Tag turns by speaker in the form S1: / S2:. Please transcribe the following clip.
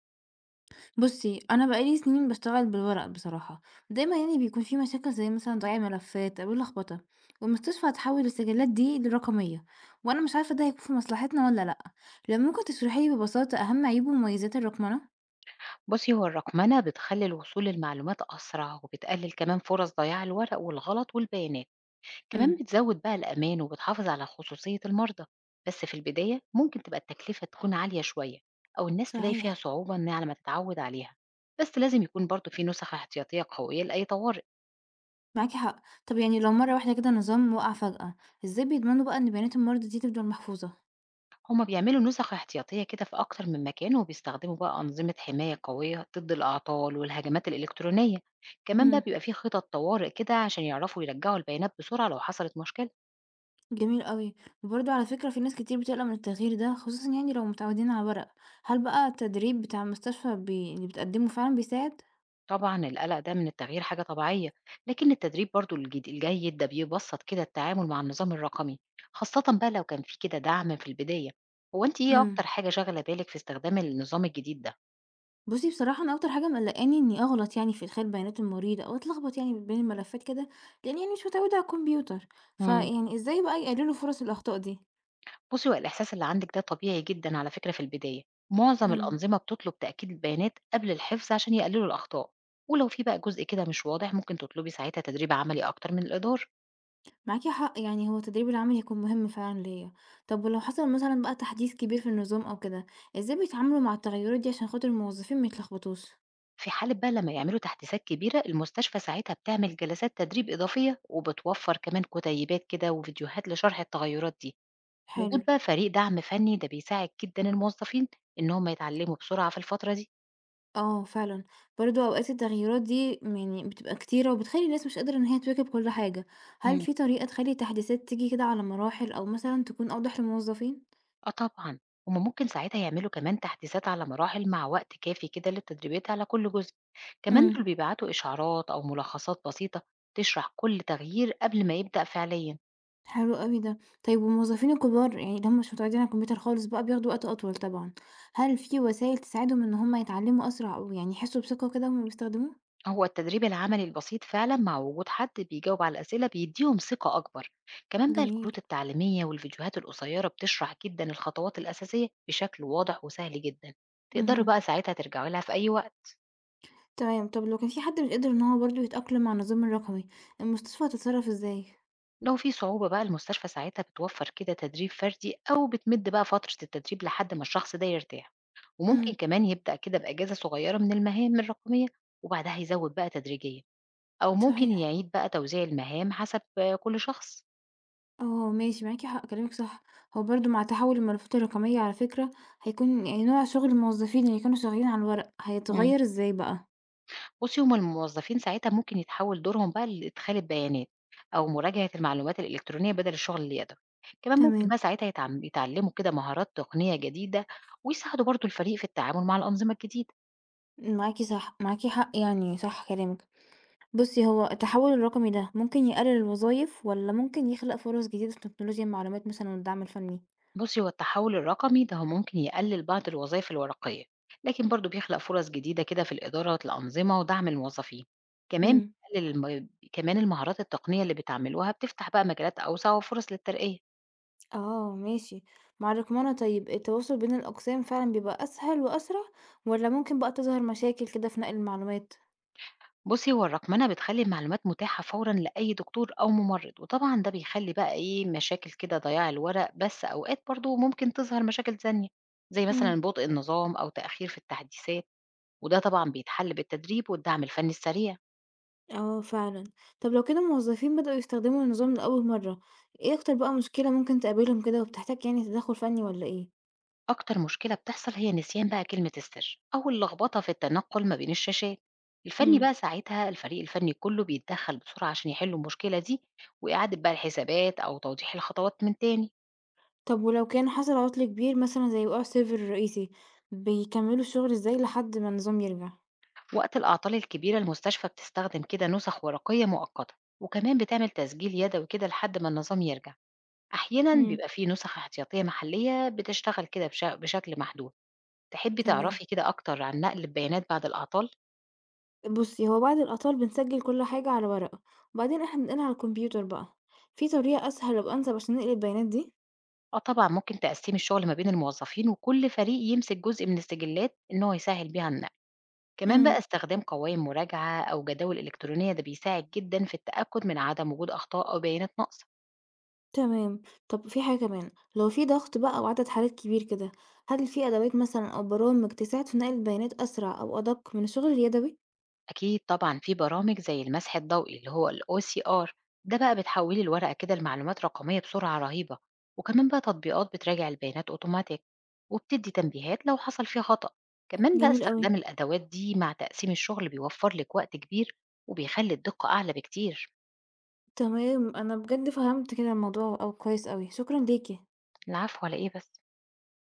S1: بُصّي، أنا بقى لي سنين باشتغل بالورق بصراحة، ودايمًا يعني بيكون في مشاكل زي مثلًا ضياع ملفات أو اللخبطة، والمستشفى هتحوّل السجلات دي لرقمية، وأنا مش عارفة ده هيكون في مصلحتنا والّا لأ، لو ممكن تشرحي لي ببساطة أهم عيوب ومميزات الرقمنة؟
S2: بُصّي، هو الرقمنة بتخلّي الوصول للمعلومات أسرع، وبتقلل كمان فرص ضياع الورق والغلط والبيانات، كمان
S1: إمم،
S2: بتزوّد بقى الأمان وبتحافظ على خصوصية المرضى، بس في البداية ممكن تبقى التكلفة تكون عالية شوية، أو الناس تلاقي فيها
S1: صحيح.
S2: صعوبة إن على ما تتعوّد عليها، بس لازم يكون برضه في نسخ احتياطية قوية لأي طوارئ،
S1: معاكِ حق. طب يعني لو مرة واحدة كده نظام وقع فجأة، إزاي بيضمنوا بقى إن بيانات المرضى دي تفضل محفوظة؟
S2: هُم بيعملوا نسخ احتياطية كده في أكتر من مكان، وبيستخدموا بقى أنظمة حماية قوية ضد الأعطال والهجمات الإلكترونية، كمان
S1: إمم.
S2: بقى بيبقى في خطط طوارئ كده عشان يعرفوا يرجّعوا البيانات بسرعة لو حصلت مشكلة.
S1: جميل أوي. وبرضه على فكرة في ناس كتير بتقلق من التغيير ده، خصوصًا يعني لو متعودين على الورق. هل بقى التدريب بتاع المستشفى بي اللي بتقدمه فعلًا بيساعد؟
S2: طبعًا القلق ده من التغيير حاجة طبيعية، لكن التدريب برضه الجد الجيد ده بيبسّط كده التعامل مع النظام الرقمي، خاصةً بقى لو كان في كده دعم في البداية. هو أنتِ إيه
S1: امم.
S2: أكتر حاجة شاغلة بالِك في استخدام النظام الجديد ده؟
S1: بُصي بصراحة أنا أكتر حاجة مقلقاني إني أغلط يعني في إدخال بيانات المريض أو أتلخبط يعني بين الملفات كده، لإني يعني مش متعودة على الكمبيوتر.
S2: إمم.
S1: فيعني إزاي بقى يقللوا فرص الأخطاء دي؟
S2: بُصّي، هو الإحساس اللي عندِك ده طبيعي جدًا على فكرة في البداية، معظم
S1: امم.
S2: الأنظمة بتطلب تأكيد البيانات قبل الحفظ عشان يقللوا الأخطاء، ولو في بقى جزء كده مش واضح ممكن تطلبي ساعتها تدريب عملي أكتر من الإدارة.
S1: معاكِ حق يعني هو التدريب العملي هيكون مهم فعلًا ليا. طب ولو حصل مثلًا بقى تحديث كبير في النظام أو كده، إزاي بيتعاملوا مع التغيرات دي عشان خاطر الموظفين ما يتلخبطوش؟
S2: في حالة بقى لمّا يعملوا تحديثات كبيرة، المستشفى ساعتها بتعمل جلسات تدريب إضافية، وبتوفّر كمان كتيبات كده وفيديوهات لشرح التغيرات دي.
S1: حلو.
S2: وجود بقى فريق دعم فني ده بيساعد جدًا الموظفين إن هم يتعلموا بسرعة في الفترة دي.
S1: آه فعلًا، برضه أوقات التغييرات دي يعني بتبقى كتيرة وبتخلّي الناس مش قادرة إن هي تواكب كل حاجة، هل
S2: امم.
S1: في طريقة تخلّي التحديثات تيجي كده على مراحل أو مثلًا تكون أوضح للموظفين؟
S2: آه طبعًا، هم ممكن ساعتها يعملوا كمان تحديثات على مراحل مع وقت كافي كده للتدريبات على كل جزء. كمان
S1: امم.
S2: دول بيبعتوا إشعارات أو ملخصات بسيطة تشرح كل تغيير قبل ما يبدأ فعليًا.
S1: حلو أوي ده، طيب والموظفين الكبار يعني اللي هم مش متعودين على الكمبيوتر خالص بقى بياخدوا وقت أطول طبعًا، هل في وسائل تساعدهم إن هم يتعلموا أسرع أو يعني يحسوا بثقة كده وهم بيستخدموه؟
S2: هو التدريب العملي البسيط فعلا مع وجود حد بيجاوب على الأسئلة بيديهم ثقة أكبر، كمان بقى
S1: جميل،
S2: الكروت التعليمية والفيديوهات القصيرة بتشرح جدا الخطوات الأساسية بشكل واضح وسهل جدا، تقدروا
S1: اهم،
S2: بقى ساعتها ترجعوا لها في أي وقت.
S1: تمام، طب لو كان في حد مش قادر إن هو برضه يتأقلم مع النظام الرقمي، المستشفى هتتصرف إزاي؟
S2: لو في صعوبة بقى المستشفى ساعتها بتوفر كده تدريب فردي أو بتمد بقى فترة التدريب لحد ما الشخص ده يرتاح، وممكن
S1: امم.
S2: كمان يبدأ كده بأجازة صغيرة من المهام الرقمية وبعدها يزود بقى تدريجيا، أو ممكن
S1: صحيح.
S2: يعيد بقى توزيع المهام حسب كل شخص.
S1: آه، ماشي معاكِ حق، كلامِك صح. هو برضه مع تحوّل الملفات الرقمية على فكرة هيكون يعني نوع شغل الموظفين اللي كانوا شغالين على الورق هيتغيّر إزاي بقى؟
S2: بُصّي، هُم الموظفين ساعتها ممكن يتحوّل دورهم بقى لإدخال البيانات، أو مراجعة الْمعلومات الإلكترونية بدل الشغل اليدوي، كمان ممكن
S1: تمام.
S2: بقى ساعتها يتعلّموا كده مهارات تقنية جديدة، ويساعدوا برضه الفريق في التعامل مع الأنظمة الجديدة.
S1: معاكِ صح، معاكِ حق يعني، صح كلامِك. بُصّي، هو التحوّل الرقمي ده ممكن يقلل الوظايف والّا ممكن يخلق فرص جديدة في تكنولوجيا المعلومات مثلًا والدعم الفني؟
S2: بُصّي، هو التحوّل الرقمي ده هو ممكن يقلل بعض الوظايف الورقية، لكن برضه بيخلق فرص جديدة كده في الإدارة الأنظمة ودعم الموظفين، كمان
S1: إمم.
S2: بيقلل كمان المهارات التقنية اللي بتعملوها بتفتح بقى مجالات أوسع وفرص للترقية.
S1: آه، ماشي. مع الرقمنة طيب التواصل بين الأقسام فعلًا بيبقى أسهل وأسرع والّا ممكن بقى تظهر مشاكل كده في نقل المعلومات؟
S2: بُصّي، هو الرقمنة بتخلّي المعلومات متاحة فورًا لأي دكتور أو ممرّض، وطبعًا ده بيخلّي بقى إيه، مشاكل كده ضياع الورق، بس أوقات برضه ممكن تظهر مشاكل تانية، زي
S1: إمم.
S2: مثلًا بطء النظام أو تأخير في التحديثات، وده طبعًا بيتحل بالتدريب والدعم الفني السريع.
S1: آه فعلًا. طب لو كده الموظفين بدأوا يستخدموا النظام لأول مرة، إيه أكتر بقى مشكلة ممكن تقابلهم كده وبتحتاج يعني تدخُّل فني والّا إيه؟
S2: أكتر مشكلة بتحصل هي نسيان بقى كلمة السر أو اللخبطة في التنقل ما بين الشاشات. الفني
S1: إمم.
S2: بقى ساعتها الفريق الفني كُلّه بيتدخّل بسرعة عشان يحلّوا المشكلة دي، وإعادة بقى الحسابات أو توضيح الخطوات من تاني.
S1: طب ولو كان حصل عُطل كبير مثلًا زي وقوع السيرفر الرئيسي، بيكمّلوا الشغل إزاي لحد ما النظام يرجع؟
S2: وقت الأعطال الكبيرة المستشفى بتستخدم كده نسخ ورقية مؤقتة، وكمان بتعمل تسجيل يدوي كده لحد ما النظام يرجع، أحيانا
S1: إمم.
S2: بيبقى فيه نسخ احتياطية محلية بتشتغل كده بشكل محدود. تحبي
S1: تمام.
S2: تعرفي كده أكتر عن نقل البيانات بعد الأعطال؟
S1: بُصّي، هو بعد الأعطال بنسجّل كل حاجة على ورقة، وبعدين إحنا بننقلها على الكمبيوتر بقى. في طريقة أسهل أو أنسب عشان ننقل البيانات دي؟
S2: اه طبعا، ممكن تقسمي الشغل ما بين الموظفين وكل فريق يمسك جزء من السجلات ان هو يسهل بيها النقل، كمان بقى
S1: إمم.
S2: استخدام قوائم مراجعة أو جداول إلكترونية ده بيساعد جدا في التأكد من عدم وجود أخطاء أو بيانات ناقصة.
S1: تمام. طب في حاجة كمان، لو في ضغط بقى أو عدد حالات كبير كده، هل في أدوات مثلًا أو برامج تساعد في نقل البيانات أسرع أو أدق من الشغل اليدوي؟
S2: أكيد طبعًا، في برامج زي المسح الضوئي اللي هو الOCR، ده بقى بتحولي الورقة كده لمعلومات رقمية بسرعة رهيبة، وكمان بقى تطبيقات بتراجع البيانات أوتوماتيك وبتدي تنبيهات لو حصل فيه خطأ، كمان بقى
S1: جميل أوي.
S2: استخدام الأدوات دي مع تقسيم الشغل بيوفر لك وقت كبير وبيخلي الدقة أعلى بكتير.
S1: تمام، أنا بجد فهمت كده الموضوع أوي كويس أوي، شكرًا ليكِ.
S2: العفو على إيه بس.